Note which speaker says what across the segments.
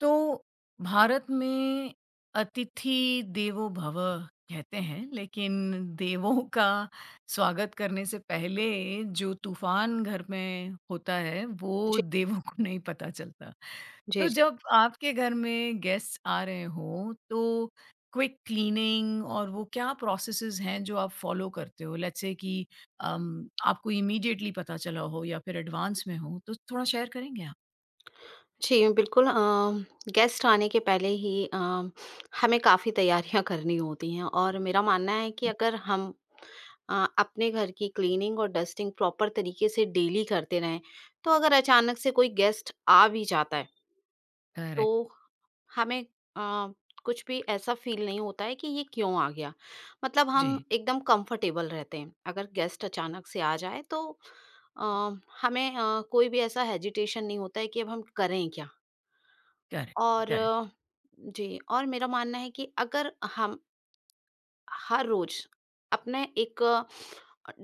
Speaker 1: तो भारत में अतिथि देवो भव कहते हैं, लेकिन देवों का स्वागत करने से पहले जो तूफ़ान घर में होता है, वो
Speaker 2: जी,
Speaker 1: देवों को नहीं पता चलता।
Speaker 2: जी,
Speaker 1: तो
Speaker 2: जी।
Speaker 1: जब आपके घर में गेस्ट्स आ रहे हों, तो क्विक क्लीनिंग और वो क्या प्रोसेसेज़ हैं जो आप फ़ॉलो करते हो? लेट्स से कि आपको इमीडिएटली पता चला हो या फिर एडवांस में हो, तो थोड़ा शेयर करेंगे आप?
Speaker 2: जी, बिल्कुल गेस्ट आने के पहले ही हमें काफ़ी तैयारियाँ करनी होती हैं और मेरा मानना है कि अगर हम अपने घर की क्लीनिंग और डस्टिंग प्रॉपर तरीके से डेली करते रहें, तो अगर अचानक से कोई गेस्ट आ भी जाता है,
Speaker 1: करेक्ट।
Speaker 2: तो हमें अ, कुछ भी ऐसा फ़ील नहीं होता है कि ये क्यों आ गया? मतलब हम
Speaker 1: जी।
Speaker 2: एकदम कंफ़र्टेबल रहते हैं। अगर गेस्ट अचानक से आ जाए तो अ, हमें कोई भी ऐसा हेजिटेशन नहीं होता है कि अब हम करें क्या?
Speaker 1: करेक्ट,
Speaker 2: और
Speaker 1: करेक्ट।
Speaker 2: जी, और मेरा मानना है कि अगर हम हर रोज़ अपने एक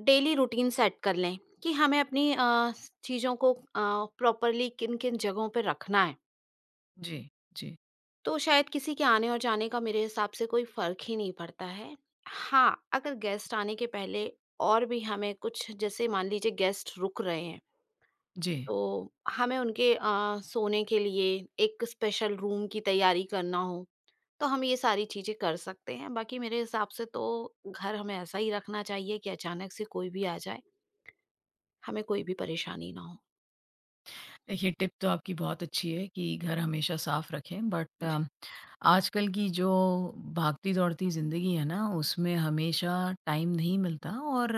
Speaker 2: डेली रूटीन सेट कर लें कि हमें अपनी चीज़ों को प्रॉपरली किन-किन जगहों पे रखना है,
Speaker 1: जी, जी,
Speaker 2: तो शायद किसी के आने और जाने का मेरे हिसाब से कोई फ़र्क ही नहीं पड़ता है। हाँ, अगर गेस्ट आने के पहले और भी हमें कुछ जैसे मान लीजिए गेस्ट रुक रहे हैं,
Speaker 1: जी।
Speaker 2: तो हमें उनके सोने के लिए एक स्पेशल रूम की तैयारी करना हो तो हम ये सारी चीज़ें कर सकते हैं। बाकी मेरे हिसाब से तो घर हमें ऐसा ही रखना चाहिए कि अचानक से कोई भी आ जाए, हमें कोई भी परेशानी ना हो।
Speaker 1: देखिए टिप तो आपकी बहुत अच्छी है कि घर हमेशा साफ रखें बट
Speaker 2: जी।
Speaker 1: आजकल की जो भागती-दौड़ती ज़िंदगी है ना उसमें हमेशा टाइम नहीं मिलता और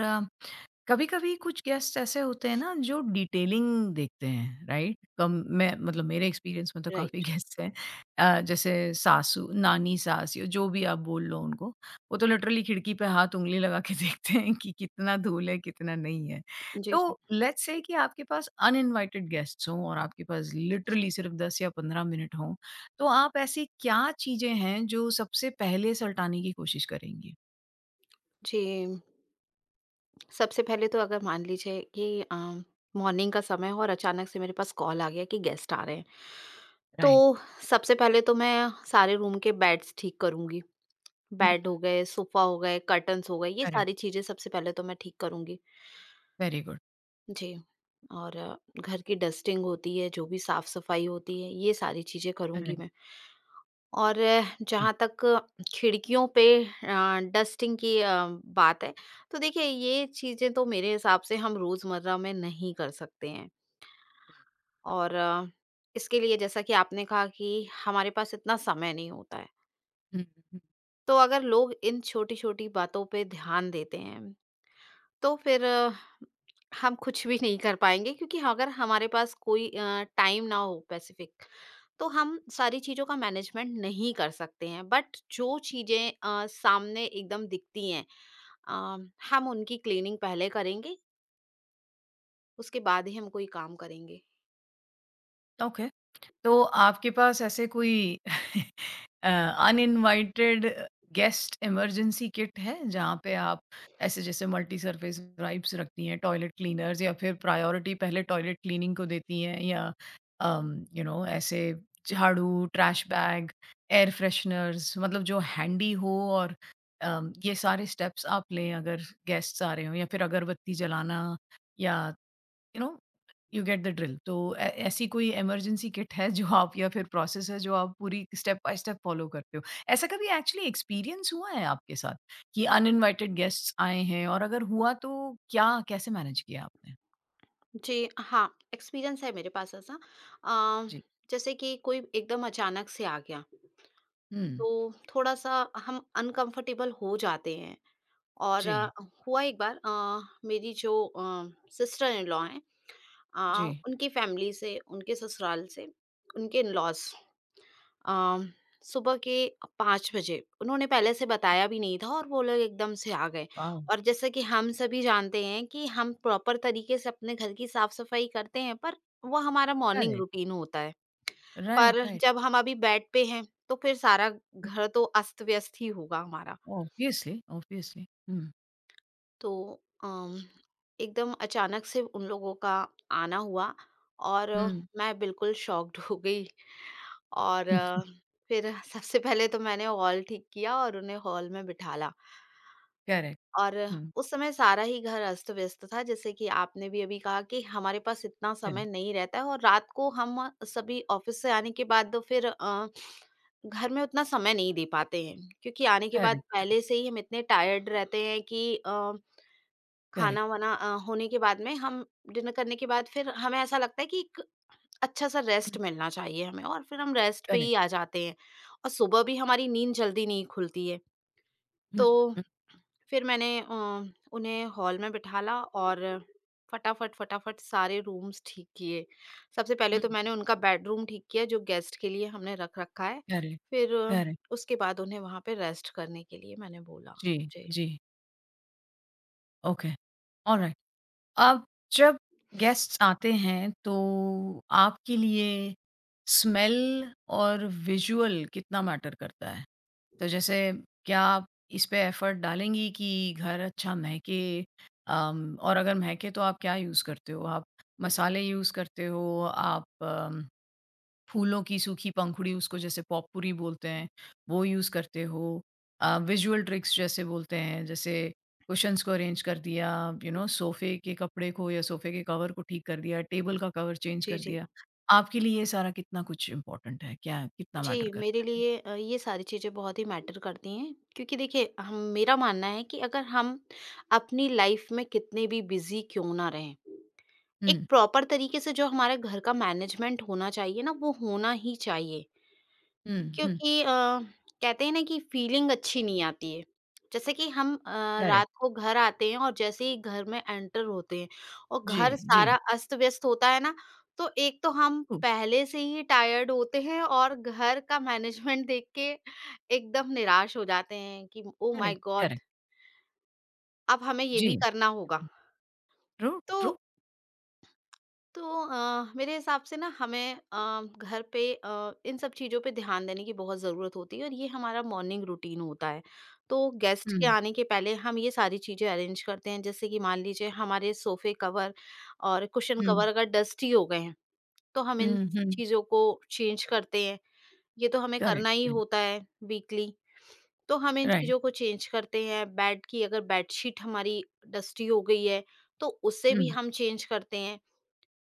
Speaker 1: कभी कभी कुछ गेस्ट ऐसे होते हैं ना जो डिटेलिंग देखते हैं राइट कम मैं मतलब मेरे एक्सपीरियंस में तो काफी
Speaker 2: राइट।
Speaker 1: गेस्ट हैं जैसे सासू नानी सास या जो भी आप बोल लो उनको वो तो लिटरली खिड़की पे हाथ उंगली लगा के देखते हैं कि कितना धूल है कितना नहीं है
Speaker 2: जी,
Speaker 1: तो
Speaker 2: जी।
Speaker 1: लेट्स से कि आपके पास अनइनवाइटेड गेस्ट्स हों और आपके पास लिटरली सिर्फ दस या पंद्रह मिनट हों तो आप ऐसी क्या चीजें हैं जो सबसे पहले सल्टाने की कोशिश करेंगी
Speaker 2: जी, सबसे पहले तो अगर मान लीजिए कि मॉर्निंग का समय हो और अचानक से मेरे पास कॉल आ गया कि गेस्ट आ रहे हैं,
Speaker 1: राइट
Speaker 2: तो सबसे पहले तो मैं सारे रूम के बेड्स ठीक करूँगी।
Speaker 1: हम्म,
Speaker 2: बेड हो गए, सोफ़ा हो गए, कर्टन्स हो गए, ये
Speaker 1: करेक्ट
Speaker 2: सारी चीज़ें सबसे पहले तो मैं ठीक करूँगी।
Speaker 1: वेरी गुड
Speaker 2: जी। और घर की डस्टिंग होती है, जो भी साफ-सफाई होती है, ये सारी चीज़ें करूँगी
Speaker 1: करेक्ट
Speaker 2: मैं। और जहाँ तक खिड़कियों पे डस्टिंग की बात है, तो देखिए ये चीज़ें तो मेरे हिसाब से हम रोज़मर्रा में नहीं कर सकते हैं। और इसके लिए जैसा कि आपने कहा कि हमारे पास इतना समय नहीं होता है।
Speaker 1: हुँ, हुँ,
Speaker 2: तो अगर लोग इन छोटी-छोटी बातों पे ध्यान देते हैं, तो फिर हम कुछ भी नहीं कर पाएँगे क्योंकि ह अगर हमारे पास कोई टाइम ना हो स्पेसिफिक, तो हम सारी चीज़ों का मैनेजमेंट नहीं कर सकते हैं। बट जो चीज़ें सामने एकदम दिखती हैं अ, हम उनकी क्लीनिंग पहले करेंगे, उसके बाद ही हम कोई काम करेंगे।
Speaker 1: ओके। तो आपके पास ऐसे कोई अ, अनइनवाइटेड गेस्ट इमरजेंसी किट है, जहाँ पे आप ऐसे जैसे मल्टी सरफेस वाइप्स रखती हैं, टॉयलेट क्लीनर्स या फिर प्रायोरिटी पहले टॉयलेट क्लीनिंग को देती हैं या यू नो ऐसे झाड़ू, ट्रैश बैग, एयर फ्रेशनर्स मतलब जो हैंडी हो और ये सारे स्टेप्स आप लें अगर गेस्ट्स आ रहे हों या फिर अगरबत्ती जलाना या you know you get the drill. तो ऐ ऐसी कोई इमरजेंसी किट है जो आप या फिर प्रोसेस है जो आप पूरी स्टेप बाय स्टेप फ़ॉलो करते हो? ऐसा कभी एक्चुअली एक्सपीरियंस हुआ है आपके साथ कि अनइनवाइटेड गेस्ट्स आए हैं और अगर हुआ तो क्या कैसे मैनेज किया आपने?
Speaker 2: जी, हाँ, एक्सपीरियंस है मेरे पास ऐसा। अ,
Speaker 1: जी।
Speaker 2: जैसे कि कोई एकदम अचानक से आ गया,
Speaker 1: हुँ।
Speaker 2: तो थोड़ा-सा हम अनकम्फ़र्टेबल हो जाते हैं और
Speaker 1: जी,
Speaker 2: हुआ एक बार मेरी जो सिस्टर इन लॉ हैं,
Speaker 1: जी।
Speaker 2: उनकी फैमिली से, उनके ससुराल से, उनके इन-लॉज़ अ, सुबह के 5 बजे उन्होंने पहले से बताया भी नहीं था और वो लोग एकदम से आ गए।
Speaker 1: वाओ!
Speaker 2: और जैसा कि हम सभी जानते हैं कि हम प्रॉपर तरीके से अपने घर की साफ-सफाई करते हैं, पर वो हमारा मॉर्निंग
Speaker 1: करेक्ट।
Speaker 2: रूटीन होता है।
Speaker 1: राइट,
Speaker 2: पर
Speaker 1: राइट।
Speaker 2: जब हम अभी बेड पे हैं, तो फिर सारा घर तो अस्त-व्यस्त ही होगा हमारा।
Speaker 1: Obviously, obviously. हुँ,
Speaker 2: तो अम, एकदम अचानक से उन लोगों का आना हुआ और
Speaker 1: हुँ।
Speaker 2: मैं बिल्कुल शॉक्ड हो गई और फिर सबसे पहले तो मैंने हॉल ठीक किया और उन्हें हॉल में बिठाला
Speaker 1: करेक्ट।
Speaker 2: और
Speaker 1: हुँ,
Speaker 2: उस समय सारा ही घर अस्त व्यस्त था जैसे कि आपने भी अभी कहा कि हमारे पास इतना समय
Speaker 1: करेक्ट,
Speaker 2: नहीं रहता है और रात को हम सभी ऑफिस से आने के बाद तो फिर घर में उतना समय नहीं दे पाते हैं क्योंकि आने के बाद
Speaker 1: करेक्ट, करेक्ट,
Speaker 2: पहले से ही हम इतने टायर्ड रहते हैं कि
Speaker 1: करेक्ट।
Speaker 2: खाना-वाना होने के बाद में हम डिनर करने के बाद फिर हमें ऐसा लगता है कि एक अच्छा-सा
Speaker 1: हुँ,
Speaker 2: रेस्ट मिलना चाहिए हमें और फिर हम रेस्ट पे ही
Speaker 1: करेक्ट।
Speaker 2: आ जाते हैं और सुबह भी हमारी नींद जल्दी नहीं खुलती है।
Speaker 1: हुँ,
Speaker 2: तो
Speaker 1: हुँ,
Speaker 2: फिर मैंने उन्हें हॉल में बिठाला और फटाफट, फटाफट सारे रूम्स ठीक किए। सबसे पहले तो
Speaker 1: हुँ।
Speaker 2: मैंने उनका बेडरूम ठीक किया जो गेस्ट के लिए हमने रख रखा है।
Speaker 1: करेक्ट,
Speaker 2: फिर
Speaker 1: करेक्ट।
Speaker 2: उसके बाद उन्हें वहाँ पे रेस्ट करने के लिए मैंने बोला।
Speaker 1: जी,
Speaker 2: जी।
Speaker 1: जी। ओके। ऑलराइट। अब जब गेस्ट्स आते हैं तो आपके लिए स्मेल और विजुअल कितना मैटर करता है? तो जैसे क्या आप इस पे एफर्ट डालेंगी कि घर अच्छा महके और अगर महके तो आप क्या यूज़ करते हो? आप मसाले यूज़ करते हो? आप अम फूलों की सूखी पंखुड़ी उसको जैसे पॉपपुरी बोलते हैं, वो यूज़ करते हो। विज़ुअल ट्रिक्स जैसे बोलते हैं, जैसे कुशन्स को अरेंज कर दिया, यू नो सोफ़े के कपड़े को या सोफ़े के कवर को ठीक कर दिया, टेबल का कवर चेंज
Speaker 2: जी,
Speaker 1: कर
Speaker 2: जी।
Speaker 1: दिया। आपके लिए ये सारा कितना कुछ इम्पोर्टेंट है, क्या कितना
Speaker 2: जी,
Speaker 1: मैटर
Speaker 2: मेरे
Speaker 1: करता है?
Speaker 2: लिए ये सारी चीज़ें बहुत ही मैटर करती हैं क्योंकि देखिए हम मेरा मानना है कि अगर हम अपनी लाइफ में कितने भी बिज़ी क्यों ना रहें, एक
Speaker 1: हुँ,
Speaker 2: प्रॉपर तरीके से जो हमारे घर का मैनेजमेंट होना चाहिए ना, वो होना ही चाहिए।
Speaker 1: हुँ, हुँ,
Speaker 2: क्योंकि कहते हैं ना कि फीलिंग अच्छी नहीं आती है। जैसे कि हम
Speaker 1: करेक्ट।
Speaker 2: रात को घर आते हैं और जैसे ही घर में एंटर होते हैं और
Speaker 1: जी,
Speaker 2: घर
Speaker 1: जी,
Speaker 2: सारा अस्त-व्यस्त होता है ना, तो एक तो हम
Speaker 1: ट्रू,
Speaker 2: पहले से ही टायर्ड होते हैं और घर का मैनेजमेंट देख के एकदम निराश हो जाते हैं कि oh my
Speaker 1: correct,
Speaker 2: God!
Speaker 1: Correct,
Speaker 2: अब हमें ये
Speaker 1: जी।
Speaker 2: भी करना होगा।
Speaker 1: ट्रू,
Speaker 2: तो
Speaker 1: ट्रू।
Speaker 2: तो मेरे हिसाब से ना हमें घर पे इन सब चीज़ों पे ध्यान देने की बहुत ज़रूरत होती है और ये हमारा मॉर्निंग रूटीन होता है। तो गेस्ट के
Speaker 1: हुँ,
Speaker 2: आने के पहले हम ये सारी चीज़ें अरेंज करते हैं जैसे कि मान लीजिए हमारे सोफ़े कवर और कुशन
Speaker 1: हुँ,
Speaker 2: कवर अगर डस्टी हो गए हैं, तो हम इन
Speaker 1: हुँ, हुँ,
Speaker 2: चीज़ों को चेंज करते हैं। ये तो हमें
Speaker 1: करेक्ट,
Speaker 2: करना ही
Speaker 1: करेक्ट,
Speaker 2: होता है वीकली, तो हम इन
Speaker 1: राइट,
Speaker 2: चीज़ों को चेंज करते हैं। बेड की अगर बेडशीट हमारी डस्टी हो गई है, तो उसे भी
Speaker 1: हुँ,
Speaker 2: हम चेंज करते हैं।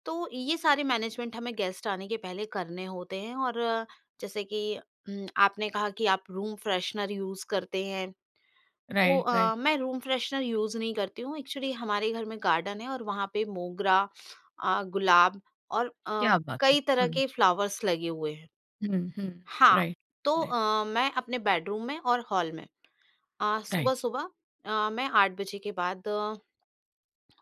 Speaker 2: तो ये सारे मैनेजमेंट हमें गेस्ट आने के पहले करने होते हैं और जैसे कि आपने कहा कि आप रूम फ्रेशनर यूज़ करते हैं, तो
Speaker 1: राइट, राइट,
Speaker 2: मैं रूम फ्रेशनर यूज़ नहीं करती हूँ। एक्चुअली हमारे घर में गार्डन है और वहाँ पे मोगरा गुलाब और
Speaker 1: क्या बात है!
Speaker 2: कई तरह
Speaker 1: हुँ।
Speaker 2: के फ्लावर्स लगे हुए हैं।
Speaker 1: हुँ, हुँ।
Speaker 2: हाँ,
Speaker 1: राइट,
Speaker 2: तो
Speaker 1: राइट,
Speaker 2: मैं अपने बेडरूम में और हॉल में
Speaker 1: राइट,
Speaker 2: सुबह-सुबह मैं 8 बजे के बाद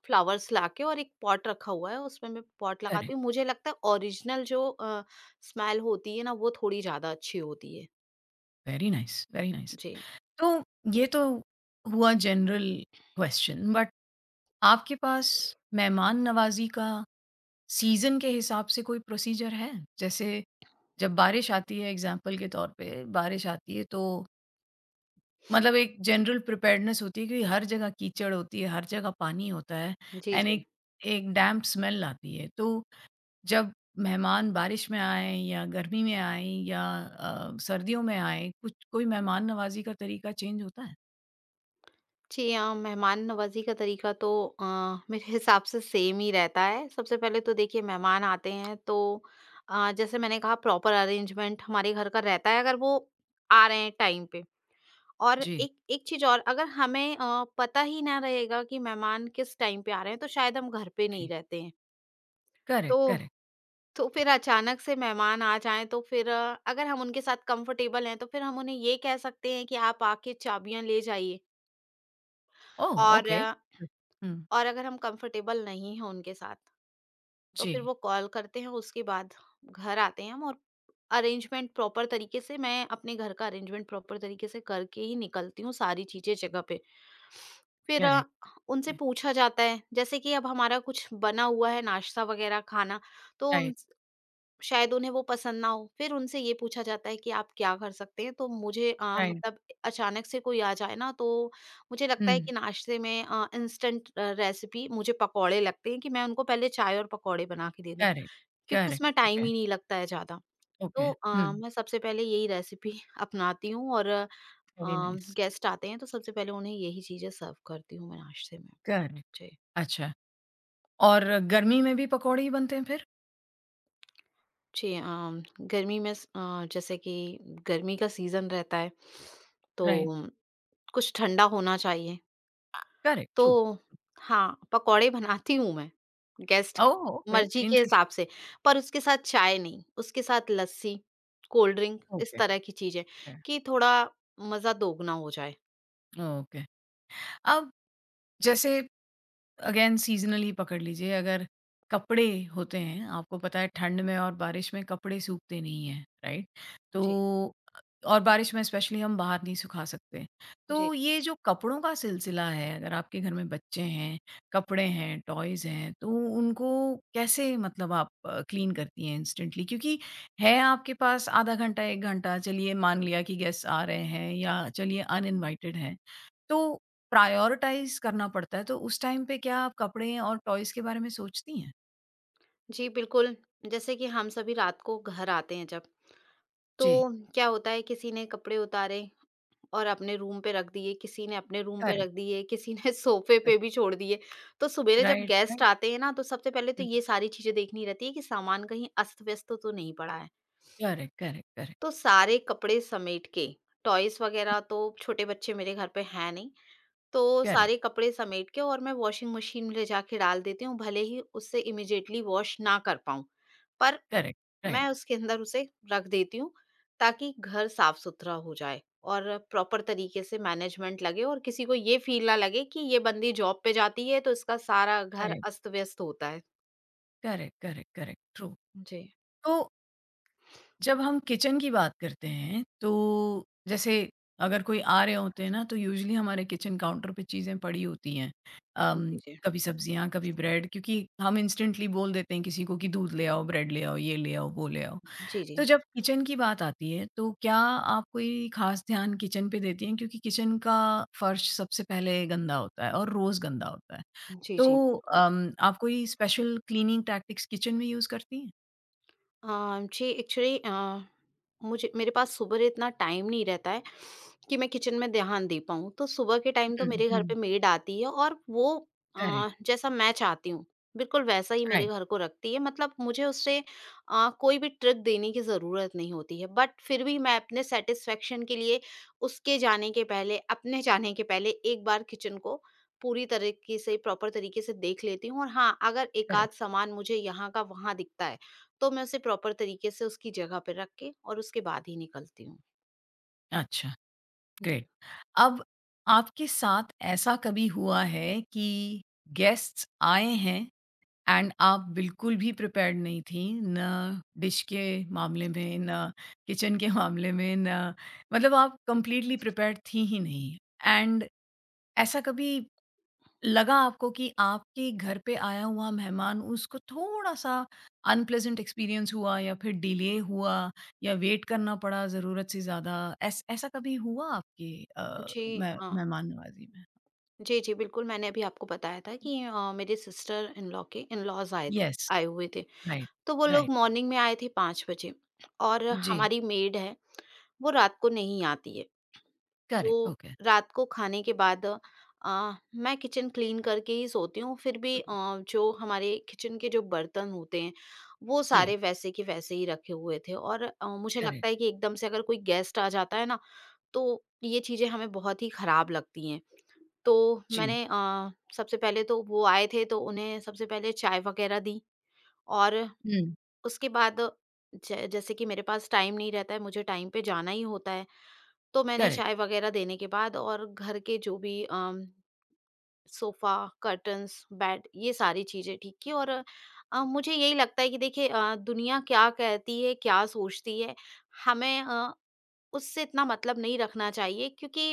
Speaker 2: फ्लावर्स लाके और एक पॉट रखा हुआ है, उसमें मैं पॉट लगाती
Speaker 1: करेक्ट,
Speaker 2: हूँ। मुझे लगता है ओरिजिनल जो स्मेल होती है ना, वो थोड़ी ज़्यादा अच्छी होती है।
Speaker 1: Very nice, very nice.
Speaker 2: जी,
Speaker 1: तो ये तो हुआ जनरल क्वेश्चन बट आपके पास मेहमान नवाज़ी का सीज़न के हिसाब से कोई प्रोसीजर है? जैसे जब बारिश आती है एग्ज़ाम्पल के तौर पे, बारिश आती है तो मतलब एक जनरल प्रिपेयर्डनेस होती है कि हर जगह कीचड़ होती है, हर जगह पानी होता है
Speaker 2: जी,
Speaker 1: एंड
Speaker 2: जी।
Speaker 1: एक एक डैम्प स्मेल आती है। तो जब मेहमान बारिश में आएँ या गर्मी में आएँ या सर्दियों में आएँ, कुछ कोई मेहमान नवाज़ी का तरीका चेंज होता है?
Speaker 2: जी, मेहमान नवाज़ी का तरीका तो अ, मेरे हिसाब से सेम ही रहता है। सबसे पहले तो देखिए मेहमान आते हैं तो जैसे मैंने कहा प्रॉपर अरेंजमेंट हमारे घर का रहता है अगर वो आ रहे हैं टाइम पे। और
Speaker 1: जी,
Speaker 2: एक एक चीज़ और अगर हमें पता ही ना रहेगा कि मेहमान किस टाइम पे आ रहे हैं, तो शायद हम घर पे नहीं
Speaker 1: जी।
Speaker 2: रहते हैं।
Speaker 1: करेक्ट,
Speaker 2: तो
Speaker 1: करेक्ट।
Speaker 2: तो फिर अचानक से मेहमान आ जाएँ तो फिर अगर हम उनके साथ कंफ़र्टेबल हैं, तो फिर हम उन्हें ये कह सकते हैं कि आप आके चाबियाँ ले जाइए
Speaker 1: ओह!
Speaker 2: और
Speaker 1: ओके। हुँ,
Speaker 2: और अगर हम कंफ़र्टेबल नहीं हैं उनके साथ, तो फिर
Speaker 1: जी,
Speaker 2: वो कॉल करते हैं, उसके बाद घर आते हैं हम और अरेंजमेंट प्रॉपर तरीके से मैं अपने घर का अरेंजमेंट प्रॉपर तरीके से करके ही निकलती हूँ सारी चीज़ें जगह पे। फिर
Speaker 1: करेक्ट,
Speaker 2: उनसे पूछा जाता है, जैसे कि अब हमारा कुछ बना हुआ है नाश्ता वग़ैरह खाना, तो
Speaker 1: राइट,
Speaker 2: उन शायद उन्हें वो पसंद ना हो। फिर उनसे ये पूछा जाता है कि आप क्या कर सकते हैं? तो मुझे
Speaker 1: राइट।
Speaker 2: मतलब अचानक से कोई आ जाए ना, तो मुझे लगता है
Speaker 1: हुँ,
Speaker 2: कि नाश्ते में इंस्टेंट रेसिपी मुझे पकौड़े लगते हैं कि मैं उनको पहले चाय और पकौड़े बना के दे दूँ,
Speaker 1: करेक्ट,
Speaker 2: क्योंकि
Speaker 1: करेक्ट,
Speaker 2: इसमें टाइम
Speaker 1: ओके,
Speaker 2: ही नहीं लगता है ज़्यादा।
Speaker 1: ओके।
Speaker 2: तो
Speaker 1: हुँ,
Speaker 2: मैं सबसे पहले यही रेसिपी अपनाती हूँ और अ,
Speaker 1: वेरी नाइस।
Speaker 2: गेस्ट आते हैं, तो सबसे पहले उन्हें यही चीज़ें सर्व करती हूँ मैं नाश्ते में।
Speaker 1: करेक्ट,
Speaker 2: जी।
Speaker 1: अच्छा और गर्मी में भी पकौड़े ही बनते हैं फिर?
Speaker 2: जी गर्मी में जैसे कि गर्मी का सीजन रहता है तो
Speaker 1: राइट,
Speaker 2: कुछ ठंडा होना चाहिए
Speaker 1: करेक्ट, ट्रू।
Speaker 2: तो हाँ, पकोड़े बनाती हूँ मैं गेस्ट
Speaker 1: ओह!
Speaker 2: की
Speaker 1: ओके,
Speaker 2: मर्जी के
Speaker 1: इंटरेस्टिंग।
Speaker 2: हिसाब से। पर उसके साथ चाय नहीं, उसके साथ लस्सी, कोल्ड ड्रिंक इस
Speaker 1: ओके,
Speaker 2: तरह की चीजें
Speaker 1: ओके,
Speaker 2: कि थोड़ा मजा दोगुना हो जाए।
Speaker 1: ओके। अब जैसे अगेन सीज़नली पकड़ लीजिए, अगर कपड़े होते हैं, आपको पता है ठंड में और बारिश में कपड़े सूखते नहीं हैं, राइट?
Speaker 2: जी,
Speaker 1: तो और बारिश में स्पेशली हम बाहर नहीं सुखा सकते।
Speaker 2: जी।
Speaker 1: तो ये जो कपड़ों का सिलसिला है, अगर आपके घर में बच्चे हैं, कपड़े हैं, टॉयज़ हैं, तो उनको कैसे मतलब आप क्लीन करती हैं इंस्टेंटली? क्योंकि है आपके पास आधा घंटा, 1 घंटा, चलिए मान लिया कि गेस्ट आ रहे हैं या चलिए अनइन्वाइटेड हैं, तो प्रायोरिटाइज़ करना पड़ता है, तो उस टाइम पे क्या आप कपड़े और टॉयज़ के बारे में सोचती हैं?
Speaker 2: जी, बिल्कुल। जैसे कि हम सभी रात को घर आते हैं जब, तो
Speaker 1: जी,
Speaker 2: क्या होता है किसी ने कपड़े उतारे और अपने रूम पे रख दिए, किसी ने अपने रूम पे रख
Speaker 1: करेक्ट,
Speaker 2: दिए, किसी ने सोफ़े पे
Speaker 1: करेक्ट,
Speaker 2: भी छोड़ दिए। तो सुबेरे जब
Speaker 1: राइट,
Speaker 2: गेस्ट
Speaker 1: राइट,
Speaker 2: आते हैं ना, तो सबसे पहले तो
Speaker 1: हुँ,
Speaker 2: ये सारी चीज़ें देखनी रहती है कि सामान कहीं अस्त-व्यस्त तो नहीं पड़ा है।
Speaker 1: करेक्ट, करेक्ट, करेक्ट,
Speaker 2: तो सारे कपड़े समेट के, टॉयज़ वग़ैरह तो छोटे बच्चे मेरे घर पे हैं नहीं, तो
Speaker 1: करेक्ट,
Speaker 2: सारे कपड़े समेट के और मैं वॉशिंग मशीन में ले जाके डाल देती हूँ, भले ही उससे इमीडिएटली वॉश ना कर पाऊँ। पर
Speaker 1: करेक्ट,
Speaker 2: मैं
Speaker 1: राइट,
Speaker 2: उसके अंदर उसे रख देती हूँ, ताकि घर साफ-सुथरा हो जाए और प्रॉपर तरीके से मैनेजमेंट लगे और किसी को ये फ़ील ना लगे कि ये बंदी जॉब पे जाती है, तो इसका सारा घर
Speaker 1: राइट,
Speaker 2: अस्त-व्यस्त होता है।
Speaker 1: Correct, correct, correct, true.
Speaker 2: जी।
Speaker 1: तो जब हम किचन की बात करते हैं, तो जैसे अगर कोई आ रहे होते हैं ना, तो यूजुअली हमारे किचन काउंटर पे चीज़ें पड़ी होती हैं। अम,
Speaker 2: जी, जी।
Speaker 1: कभी सब्जियाँ, कभी ब्रेड क्योंकि हम इंस्टेंटली बोल देते हैं किसी को कि दूध ले आओ, ब्रेड ले आओ, ये ले आओ, वो ले आओ।
Speaker 2: जी, जी।
Speaker 1: तो जब किचन की बात आती है, तो क्या आप कोई खास ध्यान किचन पे देती हैं? क्योंकि किचन का फर्श सबसे पहले गंदा होता है और रोज़ गंदा होता है।
Speaker 2: जी, जी,
Speaker 1: तो
Speaker 2: बिल्कुल।
Speaker 1: आप कोई स्पेशल क्लीनिंग टैक्टिक्स किचन में यूज़ करती हैं?
Speaker 2: अ, जी, एक्चुअली मुझे मेरे पास सुबह इतना टाइम नहीं रहता है कि मैं किचन में ध्यान दे पाऊँ। तो सुबह के टाइम तो
Speaker 1: हुँ,
Speaker 2: मेरे घर
Speaker 1: हुँ।
Speaker 2: पे मेड आती है और वो
Speaker 1: करेक्ट,
Speaker 2: जैसा मैं चाहती हूँ, बिल्कुल वैसा ही मेरे
Speaker 1: राइट,
Speaker 2: घर को रखती है। मतलब मुझे उससे कोई भी ट्रिक देने की ज़रूरत नहीं होती है। बट फिर भी मैं अपने सैटिस्फैक्शन के लिए उसके जाने के पहले, अपने जाने के पहले एक बार किचन को पूरी तरीके से, प्रॉपर तरीके से देख लेती हूँ और हाँ, अगर एक आध
Speaker 1: करेक्ट।
Speaker 2: सामान मुझे यहाँ का वहाँ दिखता है तो मैं उसे प्रॉपर तरीके से उसकी जगह पे रख के और उसके बाद ही निकलती हूँ।
Speaker 1: अच्छा,
Speaker 2: जी।
Speaker 1: ग्रेट। अब आपके साथ ऐसा कभी हुआ है कि गेस्ट्स आए हैं एंड आप बिल्कुल भी प्रिपेयर्ड नहीं थीं, ना डिश के मामले में, ना किचन के मामले में, ना मतलब आप कंप्लीटली प्रिपेयर्ड थीं ही नहीं। एंड ऐसा कभी लगा आपको कि आपके घर पे आया हुआ मेहमान उसको थोड़ा-सा अनप्लेज़ेंट एक्सपीरियंस हुआ या फिर डिले हुआ या वेट करना पड़ा ज़रूरत से ज़्यादा, ऐस ऐसा कभी हुआ आपके
Speaker 2: जी,
Speaker 1: मे
Speaker 2: हाँ।
Speaker 1: मेहमान नवाज़ी में?
Speaker 2: जी, जी, बिल्कुल मैंने अभी आपको बताया था कि मेरे सिस्टर इन लॉ के इन लॉज़ आए
Speaker 1: येस,
Speaker 2: आए हुए थे।
Speaker 1: राइट,
Speaker 2: तो वो लोग
Speaker 1: राइट।
Speaker 2: मॉर्निंग में आए थे 5 बजे और
Speaker 1: जी,
Speaker 2: हमारी मेड है, वो रात को नहीं आती है।
Speaker 1: करेक्ट,
Speaker 2: तो
Speaker 1: ओके।
Speaker 2: रात को खाने के बाद मैं किचन क्लीन करके ही सोती हूँ, फिर भी
Speaker 1: हुँ,
Speaker 2: जो हमारे किचन के जो बर्तन होते हैं, वो
Speaker 1: जी,
Speaker 2: सारे वैसे के वैसे ही रखे हुए थे और मुझे
Speaker 1: करेक्ट।
Speaker 2: लगता है कि एकदम से अगर कोई गेस्ट आ जाता है ना, तो ये चीज़ें हमें बहुत ही खराब लगती हैं। तो
Speaker 1: जी,
Speaker 2: मैंने सबसे पहले तो वो आए थे, तो उन्हें सबसे पहले चाय वगैरह दी और
Speaker 1: हुँ।
Speaker 2: उसके बाद ज जैसे कि मेरे पास टाइम नहीं रहता है, मुझे टाइम पे जाना ही होता है, तो मैंने
Speaker 1: करेक्ट,
Speaker 2: चाय वग़ैरह देने के बाद और घर के जो भी सोफ़ा, कर्टन्स, बेड ये सारी चीज़ें ठीक की और मुझे यही लगता है कि देखिए दुनिया क्या कहती है, क्या सोचती है, हमें उससे इतना मतलब नहीं रखना चाहिए क्योंकि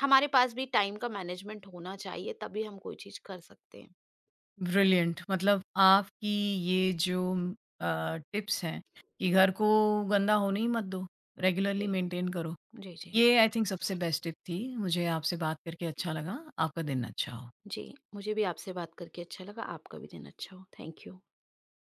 Speaker 2: हमारे पास भी टाइम का मैनेजमेंट होना चाहिए, तभी हम कोई चीज़ कर सकते हैं।
Speaker 1: ब्रिलिएंट मतलब आपकी ये जो टिप्स हैं कि घर को गंदा होने ही मत दो, रेगुलरली
Speaker 2: जी,
Speaker 1: मेंटेन करो।
Speaker 2: जी, जी।
Speaker 1: ये आई थिंक सबसे बेस्ट टिप थी। मुझे आपसे बात करके अच्छा लगा। आपका दिन अच्छा हो।
Speaker 2: जी, मुझे भी आपसे बात करके अच्छा लगा, आपका भी दिन अच्छा हो। Thank you.